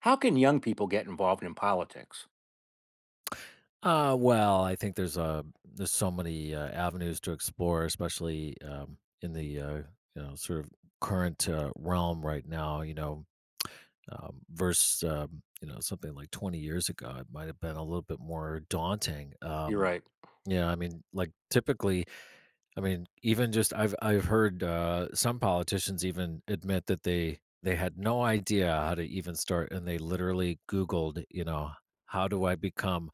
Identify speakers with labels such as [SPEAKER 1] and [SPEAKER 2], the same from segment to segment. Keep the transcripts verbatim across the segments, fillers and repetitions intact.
[SPEAKER 1] How can young people get involved in politics?
[SPEAKER 2] Uh, well, I think there's uh there's so many uh, avenues to explore, especially um, in the uh, you know sort of current uh, realm right now. You know, um, versus um, you know something like twenty years ago, it might have been a little bit more daunting.
[SPEAKER 1] You're
[SPEAKER 2] Um,
[SPEAKER 1] right.
[SPEAKER 2] yeah, I mean, like typically, I mean, even just I've I've heard uh, some politicians even admit that they they had no idea how to even start, and they literally Googled, you know, how do I become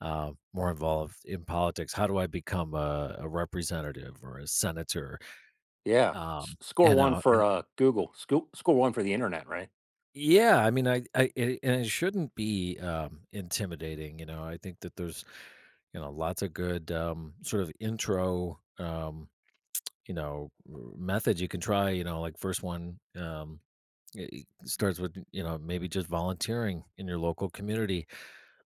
[SPEAKER 2] uh, more involved in politics. How do I become a, a representative or a senator?
[SPEAKER 1] Yeah. S-
[SPEAKER 2] Um,
[SPEAKER 1] score
[SPEAKER 2] and,
[SPEAKER 1] one
[SPEAKER 2] uh,
[SPEAKER 1] for
[SPEAKER 2] and
[SPEAKER 1] uh, Google. Sco- score one for the internet, right?
[SPEAKER 2] Yeah, I mean, I, I it, and it shouldn't be um, intimidating. You know, I think that there's you know lots of good um, sort of intro, um, you know r- methods you can try. You know, like first one, um, it it starts with, you know maybe just volunteering in your local community.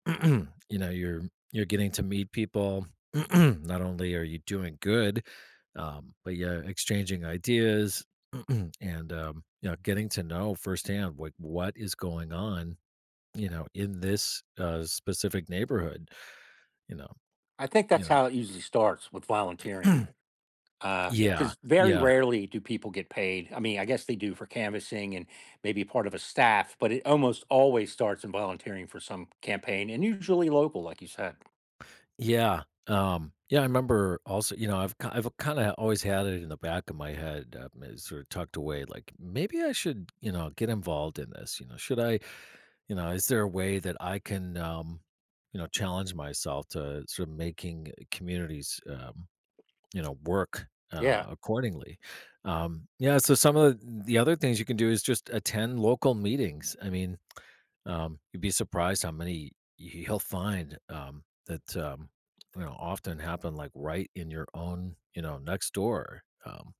[SPEAKER 2] you know, you're you're getting to meet people. Not only are you doing good, um, but are exchanging ideas. And, um, you know, getting to know firsthand like what is going on, you know, in this uh, specific neighborhood. You know,
[SPEAKER 1] I think
[SPEAKER 2] you
[SPEAKER 1] that's
[SPEAKER 2] know,
[SPEAKER 1] how it usually starts with volunteering.
[SPEAKER 2] yeah,
[SPEAKER 1] Because very
[SPEAKER 2] yeah,
[SPEAKER 1] rarely do people get paid. I mean, I guess they do for canvassing and maybe part of a staff, but it almost always starts in volunteering for some campaign and usually local, like you said.
[SPEAKER 2] yeah. Um, yeah, I remember also, you know, I've ki- I've kind of always had it in the back of my head. Um, it's sort of tucked away, like maybe I should, you know, get involved in this. You know, should I? You know, is there a way that I can, um, you know, challenge myself to sort of making communities, um, you know, work uh,
[SPEAKER 1] Yeah.
[SPEAKER 2] accordingly? Um, yeah. So some of the the other things you can do is just attend local meetings. I mean, um, you'd be surprised how many, y- you'll find, um, that, um, you know, often happen like right in your own, you know, next door. Um,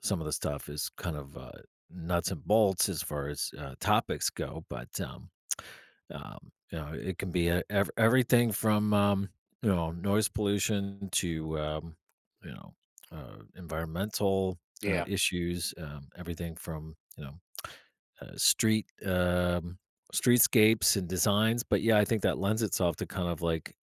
[SPEAKER 2] Some of the stuff is kind of uh, nuts and bolts as far as uh, topics go, but, um, um, you know, it can be, uh, ev everything from, um, you know, noise pollution to, um, you know, uh, environmental, uh,
[SPEAKER 1] Yeah.
[SPEAKER 2] issues, um, everything from, you know, uh, street, um, streetscapes and designs. But, yeah, I think that lends itself to kind of, like,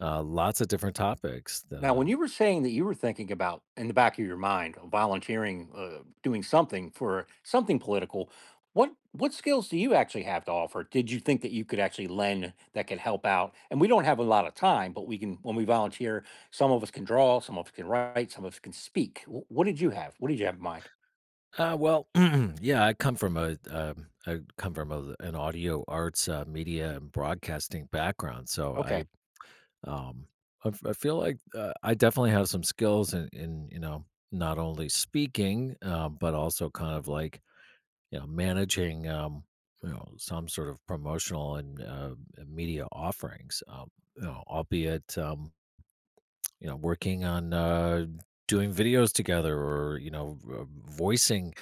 [SPEAKER 2] uh, lots of different topics that,
[SPEAKER 1] Now, when
[SPEAKER 2] um
[SPEAKER 1] you were saying that you were thinking about in the back of your mind uh, volunteering, uh, doing something for something political, what what skills do you actually have to offer? Did you think that you could actually lend that could help out? And we don't have a lot of time, but we can when we volunteer, some of us can draw, some of us can write, some of us can speak. Wh- What did you have? What did you have in mind?
[SPEAKER 2] uh, well, yeah, I come from a, um I come from a an audio arts, uh, media and broadcasting background, so
[SPEAKER 1] Okay.
[SPEAKER 2] I. Um, I f I feel like, uh, I definitely have some skills in in, you know, not only speaking, um, but also kind of like, you know, managing, um, you know, some sort of promotional and, uh, media offerings, um, you know, albeit, um, you know, working on, uh, doing videos together, or, you know, v uh, voicing,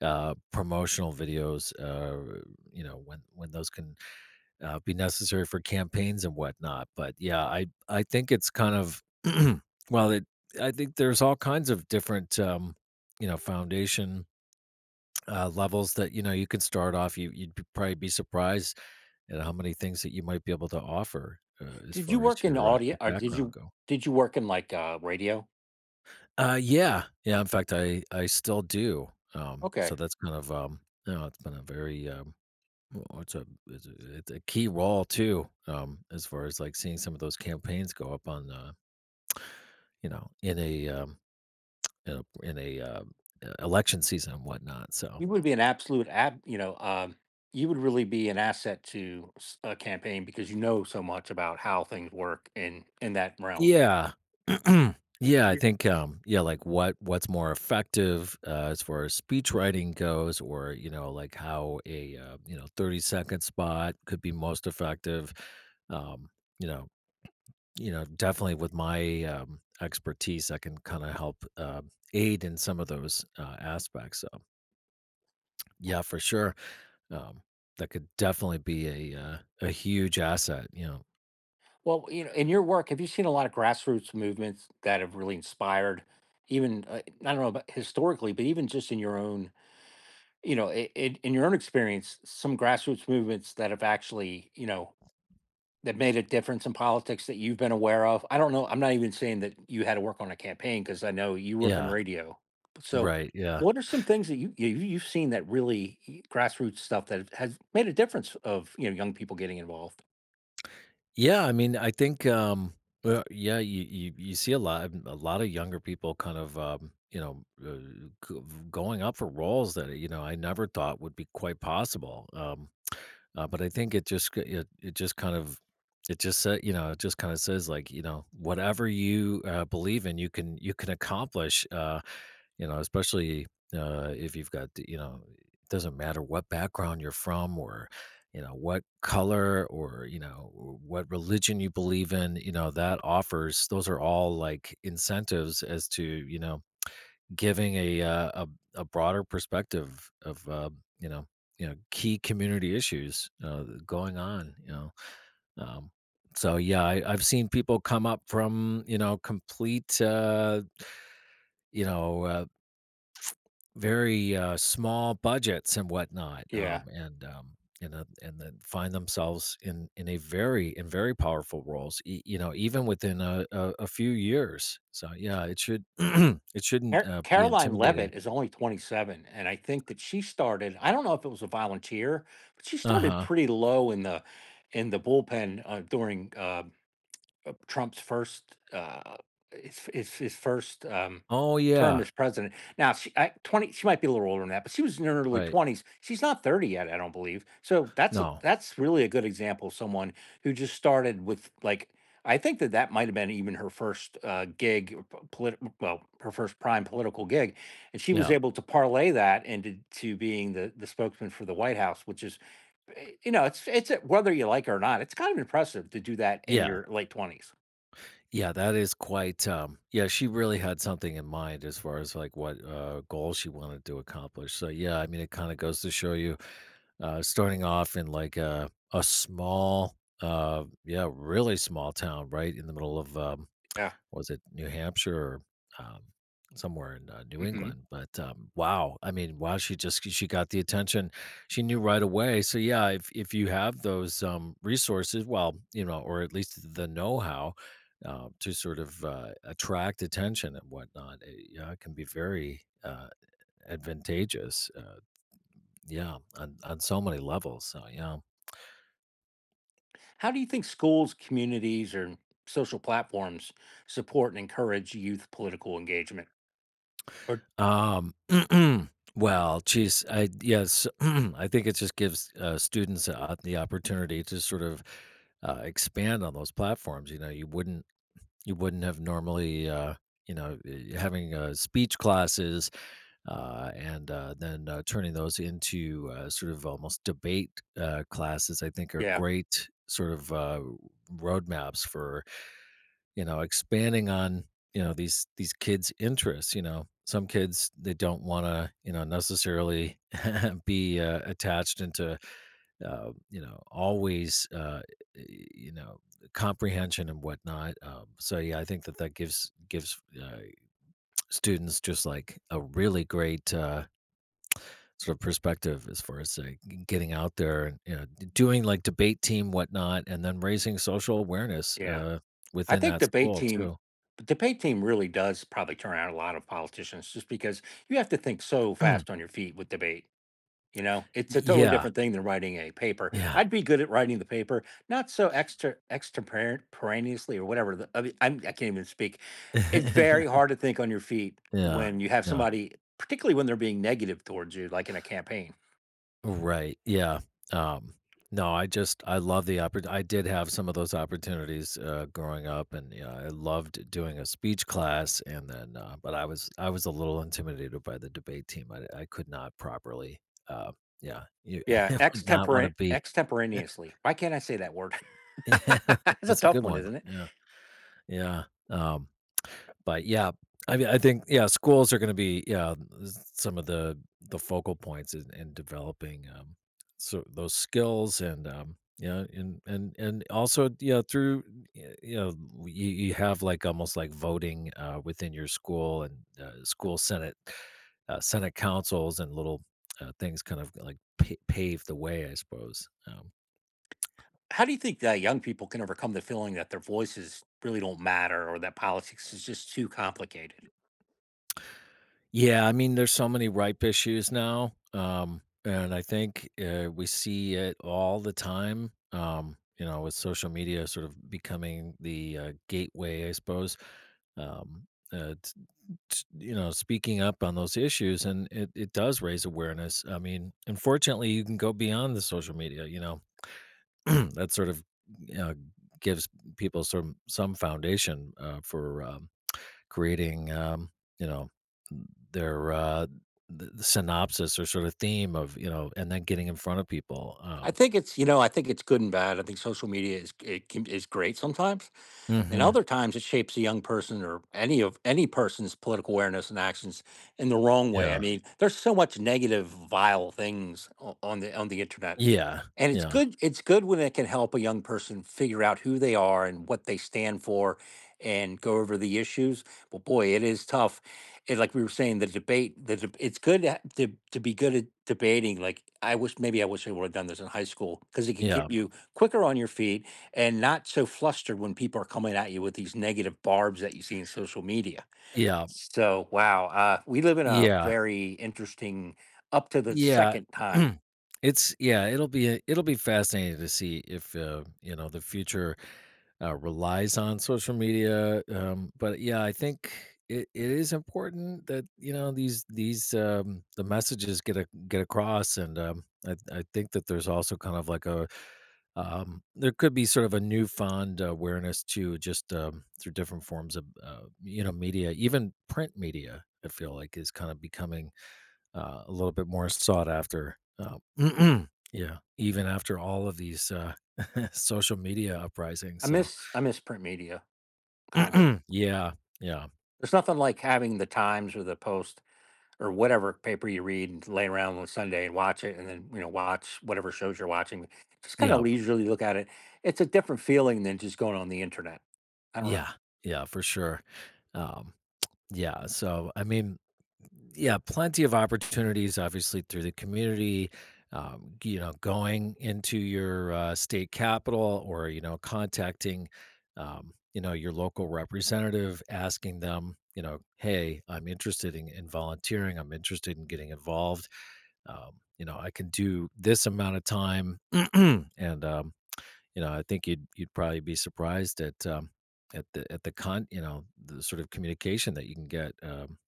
[SPEAKER 2] uh, promotional videos, uh, you know, when when those can uh, be necessary for campaigns and whatnot. But yeah, I I think it's kind of well, it, I think there's all kinds of different, um, you know foundation, uh, levels that you know you can start off. You you'd be- probably be surprised at how many things that you might be able to offer, uh, as
[SPEAKER 1] Did you
[SPEAKER 2] far as
[SPEAKER 1] work in
[SPEAKER 2] your, uh,
[SPEAKER 1] audio
[SPEAKER 2] your
[SPEAKER 1] or did
[SPEAKER 2] background
[SPEAKER 1] you
[SPEAKER 2] go.
[SPEAKER 1] did you work in like uh, radio?
[SPEAKER 2] Uh, yeah, yeah. In fact, I I still do. Um,
[SPEAKER 1] Okay.
[SPEAKER 2] so that's kind of um, you know, it's been a very um, Well, it's a it's a it's a key role too, um, as far as like seeing some of those campaigns go up on, uh, you know, in a um, in a in a uh, e- election season and whatnot. So
[SPEAKER 1] You would be an absolute ab you know, um, you would really be an asset to s- a campaign because you know so much about how things work in in that realm.
[SPEAKER 2] yeah. Yeah, I think, um, yeah, like what what's more effective uh, as far as speech writing goes, or you know, like how a uh, you know thirty second spot could be most effective. Um, you know, You know, definitely with my, um, expertise, I can kinda help, uh, aid in some of those, uh, aspects. So,
[SPEAKER 1] Uh,
[SPEAKER 2] yeah, for sure, um, that could definitely be a, uh, a huge asset, you know?
[SPEAKER 1] Well, you know, in your work, have you seen a lot of grassroots movements that have really inspired, even uh, I don't know about historically, but even just in your own, you know, I I in your own experience, some grassroots movements that have actually, you know, that made a difference in politics that you've been aware of? I don't know. I'm not even saying that you had to work on a campaign because I know you work in
[SPEAKER 2] Yeah.
[SPEAKER 1] radio. So,
[SPEAKER 2] Right, yeah.
[SPEAKER 1] what are some things that you, you you've seen that really y- grassroots stuff that has made a difference of you know young people getting involved?
[SPEAKER 2] Yeah, I mean, I think, um, well, yeah, you, you you see a lot, a lot of younger people kind of, um, you know, uh, g- going up for roles that you know I never thought would be quite possible. Um, uh, but I think it just g- it, it just kind of it just said you know it just kind of says, like, you know, whatever you uh, believe in you can you can accomplish. Uh, you know, especially, uh, if you've got the, you know, it doesn't matter what background you're from, or, you know, what color, or, you know, what religion you believe in. You know, that offers — those are all, like, incentives as to, you know, giving a, uh, a a broader perspective of, uh, you know you know, key community issues, uh, going on, you know? Um, so, yeah, I I've seen people come up from, you know, complete, uh, you know, uh very uh, small budgets and whatnot,
[SPEAKER 1] Yeah.
[SPEAKER 2] um, and um, and uh, and then find themselves in in a very in very powerful roles, e- you know, even within a, a, a few years. So yeah, it should it shouldn't
[SPEAKER 1] Car
[SPEAKER 2] uh, be
[SPEAKER 1] Caroline
[SPEAKER 2] intimidating.
[SPEAKER 1] Levitt is only twenty-seven, and I think that she started I don't know if it was a volunteer, but she
[SPEAKER 2] Uh
[SPEAKER 1] started
[SPEAKER 2] huh.
[SPEAKER 1] pretty low in the in the bullpen, uh, during, uh uh, Trump's first uh, his, his his first um,
[SPEAKER 2] Oh
[SPEAKER 1] term
[SPEAKER 2] yeah.
[SPEAKER 1] as president. Now she I, twenty She might be a little older than that, but she was in her early
[SPEAKER 2] Right.
[SPEAKER 1] twenties. She's not thirty yet, I don't believe. So that's a,
[SPEAKER 2] No.
[SPEAKER 1] that's really a good example of someone who just started with like I think that that might have been even her first uh, gig, or po- polit- well, her first prime political gig, and she was
[SPEAKER 2] Yeah.
[SPEAKER 1] able to parlay that into to being the the spokesman for the White House, which is eh, you know it's it's a- whether you like it or not, it's kind of impressive to do that in
[SPEAKER 2] Yeah.
[SPEAKER 1] your late twenties.
[SPEAKER 2] Yeah, that is quite, um yeah, she really had something in mind as far as like what uh goal she wanted to accomplish. So yeah, I mean it kind of goes to show you. Uh, starting off in like a a small, uh, yeah, really small town, right in the middle of, um,
[SPEAKER 1] Yeah.
[SPEAKER 2] was it New Hampshire, or, um, somewhere in uh, New
[SPEAKER 1] Mhm.
[SPEAKER 2] England? But, um, wow, I mean, wow, she just she got the attention. She knew right away. So yeah, if if you have those, um, resources, well, you know, or at least the know how. Uh, to sort of uh, attract attention and whatnot, it, yeah, it can be very uh, advantageous. Uh, yeah, on on so many levels, so yeah.
[SPEAKER 1] How do you think schools, communities, or social platforms support and encourage youth political engagement? Or
[SPEAKER 2] Um, well, geez, I yes, I think it just gives, uh, students, uh, the opportunity to sort of, uh, expand on those platforms, you know. You wouldn't you wouldn't have normally, uh, you know, eh, having, uh, speech classes, uh, and, uh, then, uh, turning those into, uh, sort of almost debate, uh, classes, I think are
[SPEAKER 1] yeah,
[SPEAKER 2] great sort of, uh, roadmaps for, you know, expanding on, you know, these these kids' interests, you know. Some kids, they don't wanna, you know, necessarily, be, uh, attached into, uh, you know, always, uh, y you know, comprehension and whatnot, um, so, yeah, I think that that gives gives, uh, students just, like, a really great, uh, sort of perspective as far as, like, g getting out there and, you know, d doing, like, debate team, whatnot, and then raising social awareness,
[SPEAKER 1] yeah.
[SPEAKER 2] uh,
[SPEAKER 1] I
[SPEAKER 2] within
[SPEAKER 1] think
[SPEAKER 2] that
[SPEAKER 1] debate
[SPEAKER 2] school
[SPEAKER 1] team
[SPEAKER 2] too.
[SPEAKER 1] the debate team really does probably turn out a lot of politicians just because you have to think so fast on your feet with debate. You know, it's a totally
[SPEAKER 2] Yeah,
[SPEAKER 1] different thing than writing a paper.
[SPEAKER 2] yeah.
[SPEAKER 1] I'd be good at writing the paper, not so extra extemporaneously or whatever. The, I, mean, I'm, I can't even speak. It's very hard to think on your feet
[SPEAKER 2] Yeah,
[SPEAKER 1] when you have
[SPEAKER 2] yeah.
[SPEAKER 1] somebody, particularly when they're being negative towards you, like in a campaign.
[SPEAKER 2] Right, yeah. Um, no, I just I love the oppor I did have some of those opportunities, uh, growing up, and, yeah, I loved doing a speech class, and then, uh but I was I was a little intimidated by the debate team. I I could not properly, uh yeah, you
[SPEAKER 1] Yeah,
[SPEAKER 2] would not wanna
[SPEAKER 1] extempora-
[SPEAKER 2] be.
[SPEAKER 1] extemporaneously. Why can't I say that word?
[SPEAKER 2] Yeah,
[SPEAKER 1] it's a
[SPEAKER 2] that's a
[SPEAKER 1] tough
[SPEAKER 2] good
[SPEAKER 1] one,
[SPEAKER 2] one.
[SPEAKER 1] isn't it?
[SPEAKER 2] Yeah, yeah, um but yeah, I mean, I think, yeah, schools are going to be, yeah, s- some of the the focal points in, in developing, um, so those skills, and, um, yeah, and and and also, yeah, through, y- you know, w- you, you have like almost like voting, uh, within your school, and, uh, school senate, uh, senate councils, and little, uh, things kind of like pa- pave the way, I suppose. Um,
[SPEAKER 1] How do you think that young people can overcome the feeling that their voices really don't matter or that politics is just too complicated?
[SPEAKER 2] Yeah, I mean, there's so many ripe issues now, um, and I think, uh, we see it all the time. Um, you know, with social media sort of becoming the, uh, gateway, I suppose. Um, uh, t- t- you know, speaking up on those issues, and it it does raise awareness. I mean, unfortunately, you can go beyond the social media. You know, that sort of, uh, gives people some some foundation, uh, for, um, creating, um, you know, their, uh, the, the synopsis or sort of theme of, you know, and then getting in front of people.
[SPEAKER 1] I
[SPEAKER 2] Um,
[SPEAKER 1] think it's you know I think it's good and bad. I think social media is it can, is great sometimes, and
[SPEAKER 2] hmm.
[SPEAKER 1] other times it shapes a young person or any of any person's political awareness and actions in the wrong way. I
[SPEAKER 2] Yeah.
[SPEAKER 1] mean, there's so much negative, vile things o- on the on the internet.
[SPEAKER 2] Yeah.
[SPEAKER 1] And it's
[SPEAKER 2] Yeah.
[SPEAKER 1] good it's good when it can help a young person figure out who they are and what they stand for and go over the issues. But boy, it is tough. And like we were saying, the debate, the deb- it's good to, to to be good at debating. Like I wish maybe I wish I would have done this in high school because it could get
[SPEAKER 2] Yeah.
[SPEAKER 1] you quicker on your feet and not so flustered when people are coming at you with these negative barbs that you see in social media.
[SPEAKER 2] Yeah.
[SPEAKER 1] So wow, uh, we live in a
[SPEAKER 2] Yeah.
[SPEAKER 1] very interesting up to the
[SPEAKER 2] Yeah.
[SPEAKER 1] second time.
[SPEAKER 2] It's Yeah, it'll be a it'll be fascinating to see if, uh, you know, the future, uh, relies on social media, um, but, yeah, I think it it is important that, you know, these these, um the messages get a get across, and, um, I I think that there's also kind of like a, um there could be sort of a newfound awareness to just, um, through different forms of, uh, you know, media, even print media, I feel like is kind of becoming, uh, a little bit more sought after. Uh, yeah, even after all of these, uh, social media
[SPEAKER 1] I
[SPEAKER 2] uprisings. So,
[SPEAKER 1] miss I miss print media, kind of.
[SPEAKER 2] yeah, yeah,
[SPEAKER 1] There's nothing like having the Times or the Post or whatever paper you read and lay around on Sunday and watch it and then, you know, watch whatever shows you're watching. Just kind of
[SPEAKER 2] yeah,
[SPEAKER 1] leisurely look at it. It's a different feeling than just going on the internet. I don't know.
[SPEAKER 2] yeah, yeah, for sure. Um, yeah. So, I mean, yeah, plenty of opportunities, obviously, through the community. Um, you know, going into your, uh, state capital, or, you know, contacting, um, you know, your local representative, asking them, you know, hey, I'm interested in, in volunteering. I'm interested in getting involved. Um, you know, I can do this amount of time, and, um, you know, I think you'd you'd probably be surprised at, um, at the at the con you know the sort of communication that you can get, um,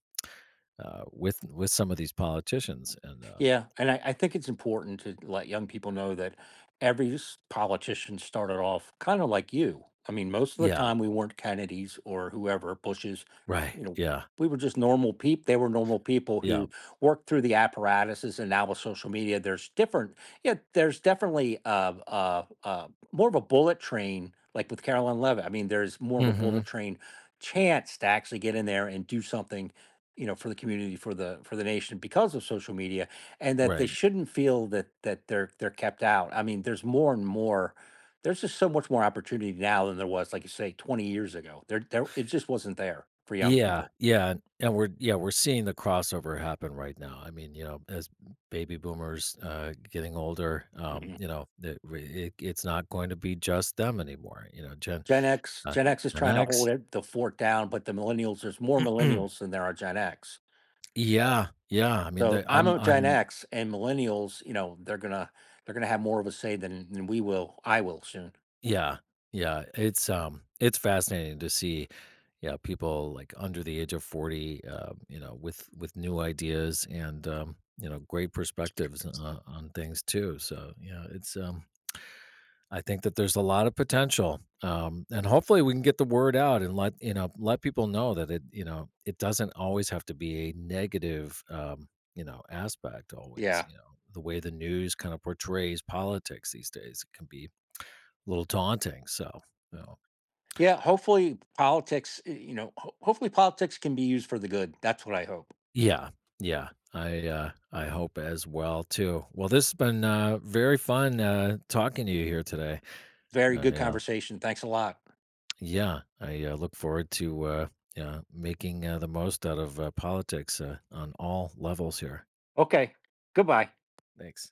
[SPEAKER 2] uh, with with some of these politicians. And, um,
[SPEAKER 1] Yeah, and I, I think it's important to let young people know that every s- politician started off kind of like you. I mean, most of the
[SPEAKER 2] yeah,
[SPEAKER 1] time we weren't Kennedys or whoever, Bushes,
[SPEAKER 2] right,
[SPEAKER 1] you know,
[SPEAKER 2] yeah,
[SPEAKER 1] we were just normal people. They were normal people
[SPEAKER 2] yeah,
[SPEAKER 1] who worked through the apparatuses, and now with social media, there's different. Yeah, there's definitely uh, uh, uh, more of a bullet train, like with Carolyn Levitt. I mean, there's more of a bullet
[SPEAKER 2] hmm,
[SPEAKER 1] train chance to actually get in there and do something you know for the community for the for the nation because of social media and that they
[SPEAKER 2] right,
[SPEAKER 1] shouldn't feel that that they're they're kept out. I mean, there's more and more. There's just so much more opportunity now than there was, like you say, twenty years ago. There, there, it just wasn't there for young
[SPEAKER 2] yeah,
[SPEAKER 1] people.
[SPEAKER 2] yeah, and and we're yeah we're seeing the crossover happen right now. I mean, you know, as baby boomers, uh, getting older, um,
[SPEAKER 1] Mhm.
[SPEAKER 2] you know, that, it, it's not going to be just them anymore. You know, Gen
[SPEAKER 1] Gen X,
[SPEAKER 2] uh,
[SPEAKER 1] Gen X is
[SPEAKER 2] Gen
[SPEAKER 1] trying to hold
[SPEAKER 2] X.
[SPEAKER 1] it, the fort down, but the millennials, there's more millennials than there are Gen X.
[SPEAKER 2] Yeah, yeah, I mean,
[SPEAKER 1] So
[SPEAKER 2] the
[SPEAKER 1] I'm
[SPEAKER 2] I'm
[SPEAKER 1] a Gen
[SPEAKER 2] I'm
[SPEAKER 1] X, and millennials, you know, they're gonna they're gonna have more of a say than than we will. I will soon.
[SPEAKER 2] yeah, yeah, it's, um, it's fascinating to see, yeah, people, like, under the age of forty, um, you know, with with new ideas, and, um, you know, great perspectives, uh, on things too. So, yeah, it's, um I think that there's a lot of potential, um, and hopefully we can get the word out, and let you know, let people know that it, you know it doesn't always have to be a negative, um, you know, aspect, always,
[SPEAKER 1] Yeah,
[SPEAKER 2] you know the way the news kind of portrays politics these days. It can be a little daunting, so, you know.
[SPEAKER 1] yeah. Hopefully, politics, eh, you know, ho- hopefully politics can be used for the good. That's what I hope.
[SPEAKER 2] Yeah. Yeah. I uh, I hope as well too. Well, this has been, uh, very fun, uh, talking to you here today.
[SPEAKER 1] Very
[SPEAKER 2] Uh,
[SPEAKER 1] good
[SPEAKER 2] yeah.
[SPEAKER 1] conversation. Thanks a lot.
[SPEAKER 2] Yeah, I uh, look forward to, uh, yeah, making, uh, the most out of, uh, politics, uh, on all levels here.
[SPEAKER 1] Okay, goodbye.
[SPEAKER 2] Thanks.